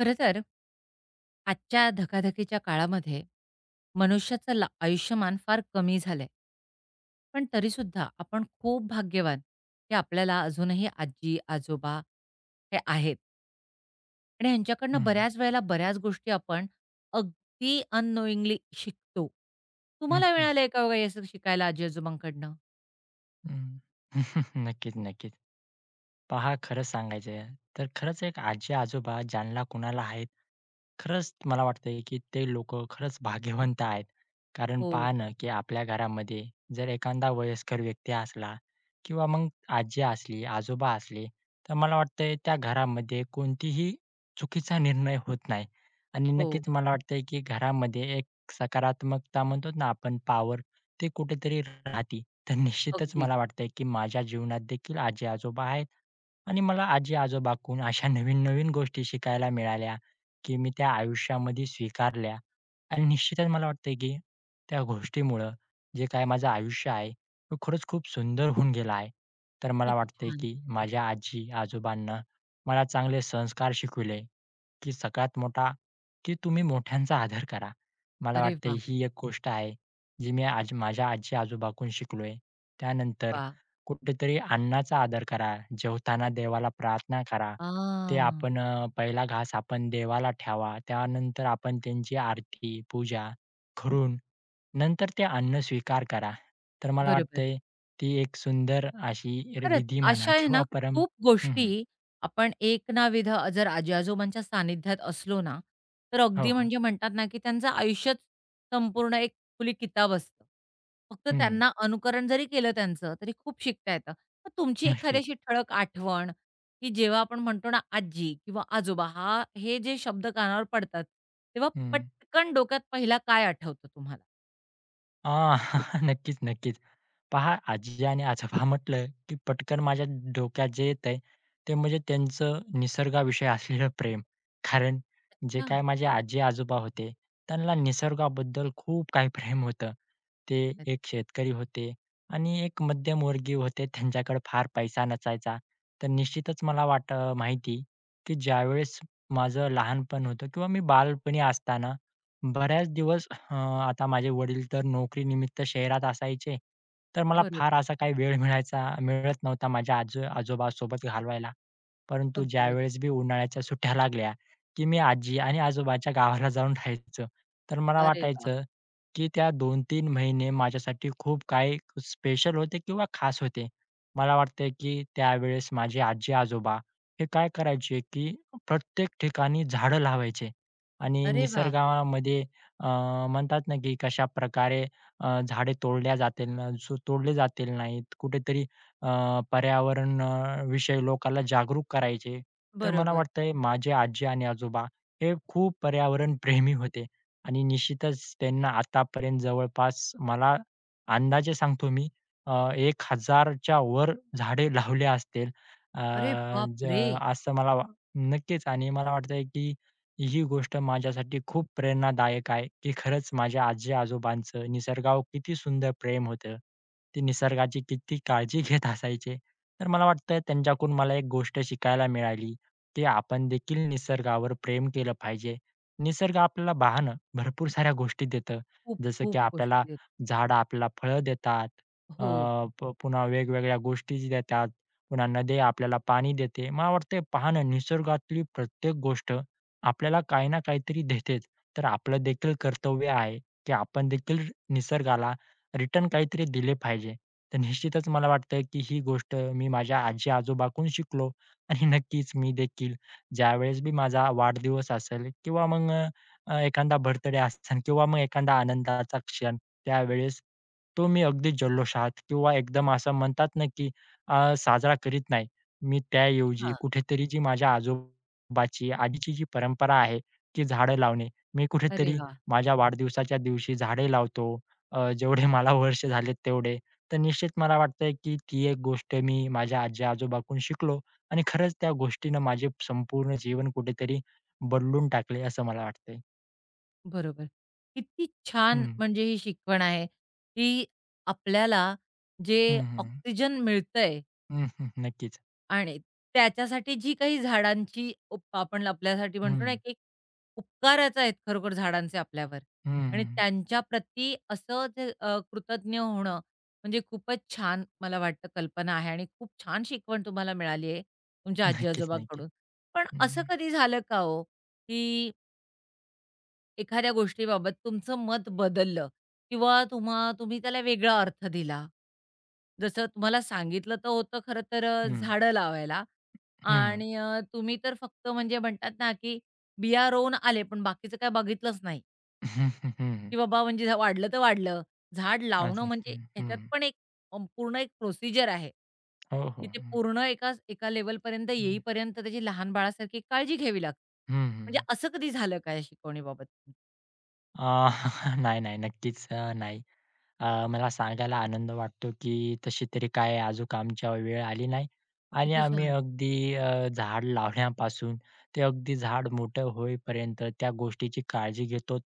खरं तर आजच्या धकाधकीच्या काळामध्ये मनुष्याचं आयुष्यमान फार कमी झालंय. पण तरीसुद्धा आपण खूप भाग्यवान की आपल्याला अजूनही आजी आजोबा हे आहेत आणि हं, यांच्याकडनं हं. बऱ्याच वेळेला बऱ्याच गोष्टी आपण अगदी अननोईंगली शिकतो. हं, तुम्हाला हं. मिळालंय का वगैरे असं शिकायला आजी आजोबांकडनं? नक्कीच, नक्कीच. पहा, खरं सांगायचं तर खरंच एक आजी-आजोबा ज्यांना कुणाला आहेत, खरंच मला वाटतंय की ते लोकं खरंच भाग्यवंत आहेत. कारण हो, पहा ना, की आपल्या घरामध्ये जर एखादा वयस्कर व्यक्ती असला किंवा मग आजी असली, आजोबा असले, तर मला वाटतंय त्या घरामध्ये कोणतीही चुकीचा निर्णय होत नाही. आणि हो. नक्कीच मला वाटतंय की घरामध्ये एक सकारात्मकता म्हणतो ना आपण पॉवर ते कुठेतरी राहते. तर निश्चितच अगदी. मला वाटतंय की माझ्या जीवनात देखील आजी-आजोबा आहेत. आणि मला आजी-आजोबाकडून अशा नवीन-नवीन गोष्टी शिकायला मिळाल्या, की मी त्या आयुष्यामध्ये स्वीकारल्या आणि निश्चितच मला वाटतंय, की त्या गोष्टीमुळं जे काही माझं आयुष्य आहे, तो खरंच खूप सुंदर होऊन गेला आहे. तर मला किती वाटतंय, छान. की माझ्या आजी-आजोबांना मला चांगले संस्कार शिकविले, की सगळ्यात मोठा, की तुम्ही मोठ्यांचा आदर करा. मला अरे वा. वाटतंय ही एक गोष्ट आहे, जी मी आज माझ्या आजी-आजोबाकडून शिकलोय. त्यानंतर वा. कुठेतरी अन्नाचा आदर करा. जेवताना देवाला प्रार्थना करा. ते आ. आपण पहिला घास आपण देवाला ठेवा. त्यानंतर आपण त्यांची आरती, पूजा करून नंतर ते अन्न स्वीकार करा. तर मला बरोबर. वाटतंय ती एक सुंदर अशी खरंच, विधी म्हणा अशा आहे किंवा ना परं. खूप गोष्टी. हं, आपण एक ना विध, जर आजी-आजोबांच्या सानिध्यात असलो ना, तर हो, अगदी हो. म्हणजे म्हणतात ना, की त्यांचं आयुष्यच संपूर्ण एक खुली किताब असतं. फक्त हं, त्यांना अनुकरण जरी केलं त्यांचं, तरी खूप शिकता येतं. मग तुमची एखादी नक्कीच. अशी ठळक आठवण, की जेव्हा आपण म्हणतो ना आजी किंवा आजोबा हा हे जे शब्द कानावर पडतात, तेव्हा हं. पटकन डोक्यात पहिला काय आठवतं तुम्हाला? आ, नक्कीच, नक्कीच. पहा आजी आणि आजोबा म्हटलं, की पटकन माझ्या डोक्यात जे येतंय, ते म्हणजे त्यांचं निसर्गाविषयी असलेलं प्रेम. कारण जे हां. काय माझे आजी-आजोबा होते, त्यांना निसर्गाबद्दल खूप काही प्रेम होतं. ते अरे. एक शेतकरी होते आणि एक मध्यमवर्गीय होते. त्यांच्याकडे फार पैसा नसायचा. तर निश्चितच मला वाट माहिती, की ज्यावेळेस माझं लहानपण होतं किंवा मी बालपणी असताना बऱ्याच दिवस आता माझे वडील तर नोकरीनिमित्त शहरात असायचे, तर मला फार बरोबर. असा काही वेळ मिळत नव्हता माझ्या आजोबासोबत घालवायला. परंतु अगदी बरोबर. ज्यावेळेस बी उन्हाळ्याच्या सुट्ट्या लागल्या, की मी आजी आणि आजोबाच्या गावाला जाऊन राहायचो. तर मला अरे वाह! वाटायचं, की त्या 2-3 महिने माझ्यासाठी खूप काही स्पेशल होते किंवा खास होते. मला वाटतंय, की त्यावेळेस माझे आजी-आजोबा हे काय करायचे, की प्रत्येक ठिकाणी झाडं लावायचे आणि अरे वाह! निसर्गामध्ये अ, म्हणतात ना, की कशाप्रकारे झाडे तोडल्या जातील ना सो तोडले जातील नाहीत. कुठेतरी अ, पर्यावरण विषयी लोकांना जागरूक करायचे. तर मला बरोबर. वाटतंय माझे आजी आणि आजोबा हे खूप पर्यावरणप्रेमी होते आणि निश्चितच त्यांना आतापर्यंत जवळपास मला अंदाजे सांगतो मी, 1000च्या वर झाडे लावले असतील. अ, अरे ज बापरे! असं मला वा- नक्कीच आणि मला वाटतंय की ही गोष्ट माझ्यासाठी खूप प्रेरणादायक आहे, की खरंच माझ्या आजी-आजोबांचं निसर्गावर किती सुंदर प्रेम होतं. ते निसर्गाची किती काळजी घेत असायचे. तर मला वाटतं त्यांच्याकडून मला एक गोष्ट शिकायला मिळाली, की आपण देखील निसर्गावर प्रेम केलं पाहिजे. निसर्ग आपल्याला पाहणं भरपूर साऱ्या गोष्टी देतं. खूप, जसं की खूप आपल्याला गोष्टी आहेत. झाडं आपल्याला फळं देतात. अ, हो. प पुन्हा वेगवेगळ्या गोष्टी देतात. पुन्हा नद्या आपल्याला पाणी देते. मला वाटतंय पाहणं निसर्गातली प्रत्येक गोष्ट आपल्याला काही ना काहीतरी देतेच. तर आपलं देखील कर्तव्य आहे, की आपण देखील निसर्गाला रिटर्न काहीतरी दिले पाहिजे. तर निश्चितच मला वाटतं, की ही गोष्ट मी माझ्या आजी-आजोबांकडून शिकलो आणि नक्कीच मी देखील ज्यावेळेस बी माझा वाढदिवस असेल किंवा मग एखादा बर्थडे असेल किंवा मग एखादा आनंदाचा क्षण, त्यावेळेस तो मी अगदी जल्लोषात किंवा एकदम असं म्हणतात ना, की साजरा करीत नाही. मी त्याऐवजी हां. कुठेतरी जी माझ्या बाची आधीची जी परंपरा आहे, ती झाडं लावणे. मी अरे कुठेतरी वाह! माझ्या वाढदिवसाच्या दिवशी झाडे लावतो. जेवढे मला वर्ष झालेत तेवढे. तर निश्चित मला वाटतंय, की ती एक गोष्ट मी माझ्या आजी-आजोबांकडून शिकलो आणि खरंच त्या गोष्टीनं माझे संपूर्ण जीवन कुठेतरी बदलून टाकले असं मला वाटतंय. बरोबर. किती छान हं. म्हणजे ही शिकवण आहे, की आपल्याला जे हं, हं. ऑक्सिजन मिळतंय हं, हं. नक्कीच. आणि त्याच्यासाठी जी काही झाडांची उप आपण आपल्यासाठी म्हणतो ना, हं. की उपकारच आहेत खरोखर झाडांचे आपल्यावर. हं, आणि हं. त्यांच्या प्रती असं ते कृतज्ञ होणं म्हणजे खूपच छान मला वाटतं कल्पना आहे आणि खूप छान शिकवण तुम्हाला मिळाली आहे तुमच्या नक्कीच, नक्कीच. आजी-आजोबांकडून. पण हं, असं हं. कधी झालं का हो, की एखाद्या गोष्टीबाबत तुमचं मत बदललं किंवा तुम्ही त्याला वेगळा अर्थ दिला? जसं तुम्हाला सांगितलं तर होतं खरं तर हं. झाडं लावायला. हं, हं. आणि तुम्ही तर फक्त म्हणजे म्हणतात ना, की बिया रोवून आले, पण बाकीचं काय बघितलंच नाही, हं, की बाबा म्हणजे वाढलं तर वाढलं. झाड लावणं अच्छा. म्हणजे हं, हं. ह्याच्यात पण एक पूर्ण एक प्रोसिजर आहे, हो, हो. की ते हं, पूर्ण एका एका लेव्हलपर्यंत हं. येईपर्यंत त्याची लहान बाळासारखी काळजी घ्यावी लागते. हं, म्हणजे हं. असं कधी झालं काय शिकवणीबाबत? अ, नाही, नाही. नक्कीच नाही. मला सांगायला आनंद वाटतो, की तशी तरी काय अजूक आमच्यावर वेळ आली नाही आणि किती आम्ही छान. अगदी झाड लावण्यापासून ते अगदी झाड मोठं होईपर्यंत त्या गोष्टीची काळजी घेतो.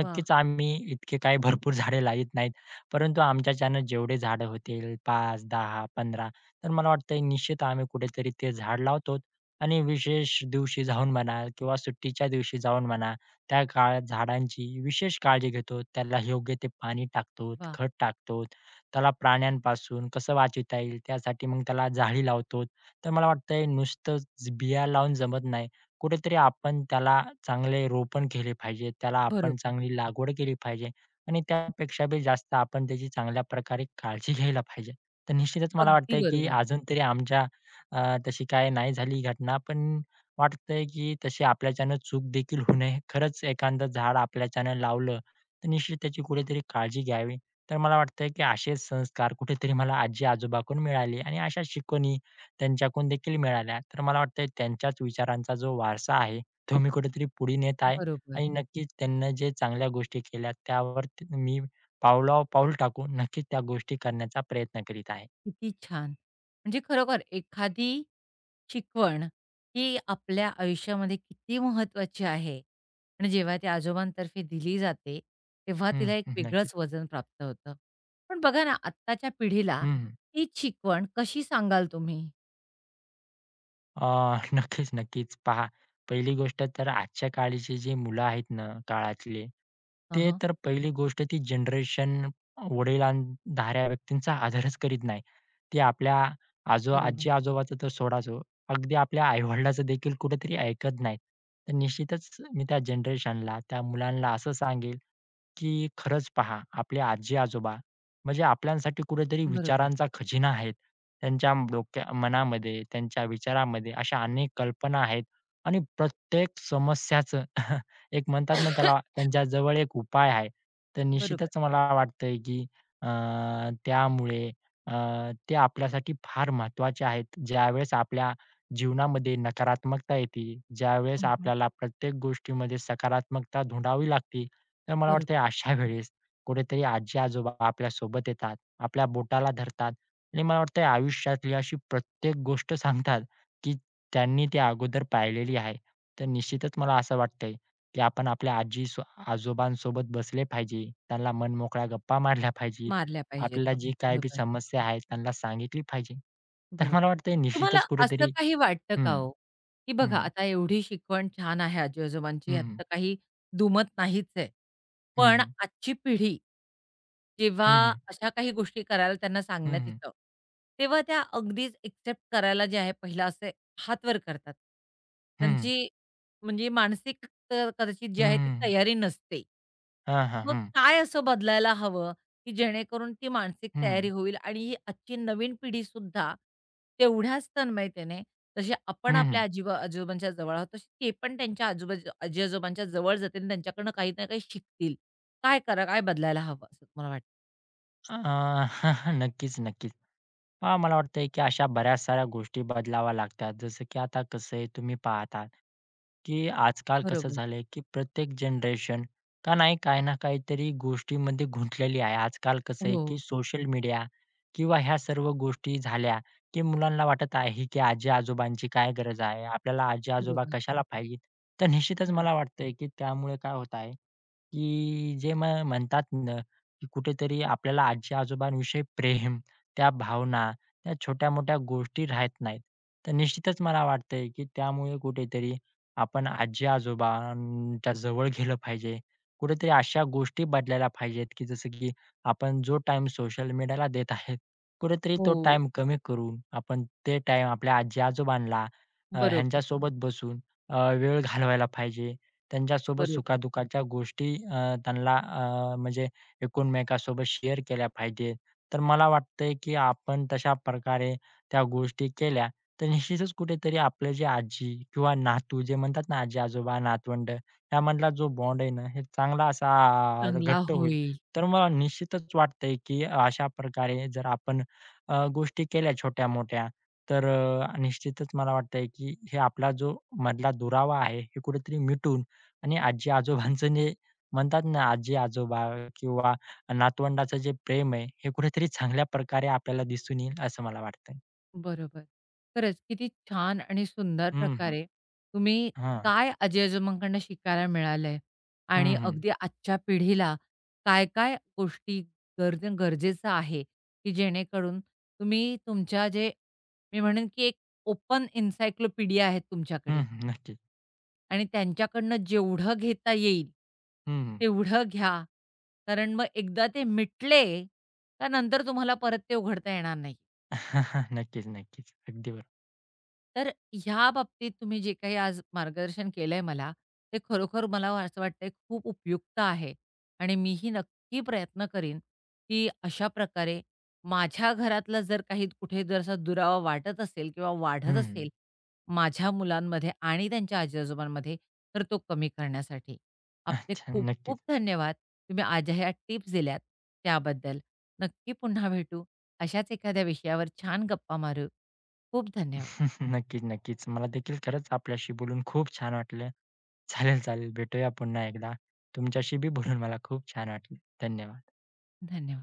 वा. आम्ही इतके काही भरपूर झाडे लावीत नाहीत, परंतु आमच्याच्यानं जेवढे झाडं होतील 5, 10, 15, तर मला वाटतंय निश्चित आम्ही कुठेतरी ते झाड लावतो आणि विशेष दिवशी जाऊन म्हणा किंवा सुट्टीच्या दिवशी जाऊन म्हणा त्या काळात झाडांची विशेष काळजी घेतो. त्याला योग्य ते पाणी टाकतो, वा. खत टाकतो. त्याला प्राण्यांपासून कसं वाचवता येईल त्यासाठी मग त्याला जाळी लावतो. तर मला वाटतंय नुसतंच बिया लावून जमत नाही. कुठेतरी आपण त्याला चांगले रोपण केले पाहिजे. त्याला आपण बरोबर. चांगली लागवड केली पाहिजे आणि त्यापेक्षा बी जास्त आपण त्याची चांगल्या प्रकारे काळजी घ्यायला पाहिजे. तर निश्चितच मला अगदी वाटतंय की बरोबर. अजून तरी आमच्या तशी काही नाही झाली घटना पण वाटतंय की तशी आपल्याच्यानं चूक देखील होऊ नये. खरंच एखादं झाड आपल्याच्यानं लावलं, तर निश्चित त्याची कुठेतरी काळजी घ्यावी. तर मला वाटतंय की असे संस्कार कुठेतरी मला आजी-आजोबाकडून मिळाले आणि अशा शिकवणी त्यांच्याकडून देखील मिळाल्या. तर मला वाटतंय त्यांच्याच विचारांचा जो वारसा आहे, तो मी कुठेतरी पुढे नेत आहे बरोबर. आणि नक्कीच त्यांनी जे चांगल्या गोष्टी केल्या, मी पावलावर पाऊल टाकून नक्कीच त्या गोष्टी करण्याचा प्रयत्न करीत आहे. किती छान. म्हणजे खरोखर एखादी शिकवण ही आपल्या आयुष्यामध्ये किती महत्त्वाची आहे आणि जेव्हा ती आजोबांतर्फे दिली जाते, तेव्हा हं, तिला एक हं. नक्कीच. वेगळंच वजन प्राप्त होतं. पण बघा ना, आत्ताच्या पिढीला हं, तीच शिकवण कशी सांगाल तुम्ही? अ, नक्कीच, नक्कीच. पहा, पहिली गोष्ट तर आजच्या काळची जी मुलं आहेत ना, काळातले, ते हं. तर पहिली गोष्ट ती जनरेशन वडिलांधाऱ्या व्यक्तींचा आदरच करीत नाही. ते आपल्या बरोबर. आजी-आजोबाचं तर सोडाचो, हो, अगदी आपल्या आई देखील कुठेतरी ऐकत नाहीत. तर निश्चितच मी त्या जनरेशनला, त्या मुलांना असं सांगेल, की खरंच पहा, आपले आजी-आजोबा म्हणजे आपल्यासाठी कुठेतरी बरोबर. विचारांचा खजिना आहेत. त्यांच्या डोक्या मनामध्ये, त्यांच्या विचारामध्ये अशा अनेक कल्पना आहेत आणि प्रत्येक समस्याचं एक म्हणतात ना त्याला त्यांच्या जवळ एक उपाय आहे. तर बरोबर. निश्चितच मला वाटतंय की अ, त्यामुळे अ, ते आपल्यासाठी फार महत्त्वाचे आहेत. ज्यावेळेस आपल्या जीवनामध्ये नकारात्मकता येते, ज्यावेळेस हं. आपल्याला प्रत्येक गोष्टीमध्ये सकारात्मकता धुंडावी लागते, तर मला वाटतंय बरोबर. अशा वेळेस कुठेतरी आजी-आजोबा आपल्यासोबत येतात, आपल्या बोटाला धरतात आणि मला वाटतंय आयुष्यातली अशी प्रत्येक गोष्ट सांगतात, की त्यांनी ते अगोदर पाहिलेली आहे. तर निश्चितच मला असं वाटतंय, की आपण आपल्या आजी सो आजोबांसोबत बसले पाहिजे. त्यांना मनमोकळ्या गप्पा मारल्या पाहिजेत. मारल्या पाहिजेत आपल्याला गप्पा. जी काही बी बरोबर. समस्या आहे त्यांना सांगितली पाहिजे. तर मला बरोबर. वाटतंय तुम्हाला निश्चितच असं कुठेतरी काही वाटतं हं, का हो, की हं, बघा हं, आता एवढी शिकवण छान आहे आजी-आजोबांची, हं, आता काही दुमत नाहीच आहे. हं, पण हं, आजची पिढी जेव्हा हं, अशा काही गोष्टी करायला त्यांना सांगण्यात हं, येतं, तेव्हा त्या अगदीच एक्सेप्ट करायला जे आहे पहिला असे हात वर करतात. हं, त्यांची म्हणजे मानसिक क कदाचित जी आहे ती हं, तयारी नसते. हां, हां, मग हं, काय असं बदलायला हवं, की जेणेकरून ती मानसिक हं, तयारी होईल आणि ही आजची नवीन पिढीसुद्धा तेवढ्याच तन्मयतेने, जशी आपण आपल्या आजीबा-आजोबांच्या जवळ आहोत, तशी ते पण त्यांच्या आजी-आजोबांच्या जवळ जातील आणि त्यांच्याकडनं काही ना काही शिकतील. काय करा काय बदलायला हवं असं तुम्हाला? नक्कीच, नक्कीच. मला वाटतंय की अशा बऱ्याच साऱ्या गोष्टी बदलाव्या लागतात. जसं की आता कसं आहे तुम्ही पाहता, की आजकाल कसं बरोबर. झालंय की प्रत्येक जनरेशन का नाही काही ना काहीतरी गोष्टीमध्ये गुंतलेली आहे. आजकाल कसं आहे हो, की सोशल मीडिया किंवा ह्या सर्व गोष्टी झाल्या, की मुलांना वाटत आहे की आजी-आजोबांची काय गरज आहे? आपल्याला आजी-आजोबा बरोबर. कशाला पाहिजे? तर निश्चितच हो ना. मला वाटतंय की त्यामुळे काय होत आहे की जे मग म्हणतात ना, की कुठेतरी आपल्याला आजी-आजोबांविषयी प्रेम, त्या भावना, त्या छोट्या-मोठ्या गोष्टी राहत नाहीत. तर निश्चितच मला वाटतंय, की त्यामुळे कुठेतरी आपण आजी-आजोबांच्या जवळ गेलं पाहिजे. कुठेतरी अशा गोष्टी बदलायला पाहिजेत, की जसं की आपण जो टाईम सोशल मीडियाला देत आहेत, कुठेतरी तो हो, टाईम कमी करून आपण ते टाईम आपल्या आजी-आजोबांना बरोबर, ह्यांच्यासोबत बसून वेळ घालवायला पाहिजे. त्यांच्यासोबत बरोबर. सुखादुःखाच्या गोष्टी त्यांना म्हणजे एकमेकांसोबत शेअर केल्या पाहिजेत. तर मला वाटतंय की आपण तशा प्रकारे त्या गोष्टी केल्या, तर निश्चितच कुठेतरी आपले जे आजी किंवा नातू जे म्हणतात ना, आजी-आजोबा, नातवंड यामधला जो बॉन्ड आहे ना, हे चांगला असा चांगला घट्ट होईल. होईल. तर मला निश्चितच वाटतंय की अशा प्रकारे जर आपण गोष्टी केल्या छोट्या-मोठ्या, तर निश्चितच मला वाटतंय की हे आपला जो मधला दुरावा आहे, हे कुठेतरी मिटून आणि आजी-आजोबांचं जे म्हणतात ना, आजी-आजोबा किंवा नातवंडाचं जे प्रेम आहे, हे कुठेतरी चांगल्या प्रकारे आपल्याला दिसून येईल असं मला वाटतंय. बरोबर. खरंच किती छान आणि सुंदर हं, हं. प्रकारे तुम्ही हां. काय आजी-आजोबांकडून शिकायला मिळालंय हं, आणि हं. अगदी आजच्या पिढीला काय-काय गोष्टी गरजेचं आहे, की जेणेकरून तुम्ही तुमच्या जे, मी म्हणेन की एक ओपन एन्सायक्लोपीडिया आहे हं, तुमच्याकडे. हं. नक्कीच. आणि त्यांच्याकडनं जेवढं घेता येईल, हं, हं. तेवढं घ्या. कारण मग एकदा ते मिटले, त्यानंतर तुम्हाला परत ते उघडता येणार नाही. नक्कीच, नक्कीच. अगदी बरोबर. तर ह्या बाबतीत तुम्ही जे काही आज मार्गदर्शन केलंय मला, ते खरोखर मला असं वाटतंय खूप उपयुक्त आहे आणि मीही नक्की प्रयत्न करीन, की अशा प्रकारे माझ्या घरातला जर काही कुठे जर असा दुरावा वाटत असेल किंवा वाढत हं, असेल माझ्या मुलांमध्ये आणि त्यांच्या आजी-आजोबांमध्ये, तर तो कमी करण्यासाठी. आपले अच्छा. खूप नक्कीच. खूप धन्यवाद. तुम्ही आज ह्या टिप्स दिल्यात त्याबद्दल. नक्की पुन्हा भेटू. अशाच एखाद्या विषयावर छान गप्पा मारू. खूप धन्यवाद. नक्कीच, नक्कीच. मला देखील खरंच आपल्याशी बोलून खूप छान वाटलं. चालेल, चालेल. भेटूया पुन्हा एकदा. तुमच्याशी बी बोलून मला खूप छान वाटलं. धन्यवाद. धन्यवाद.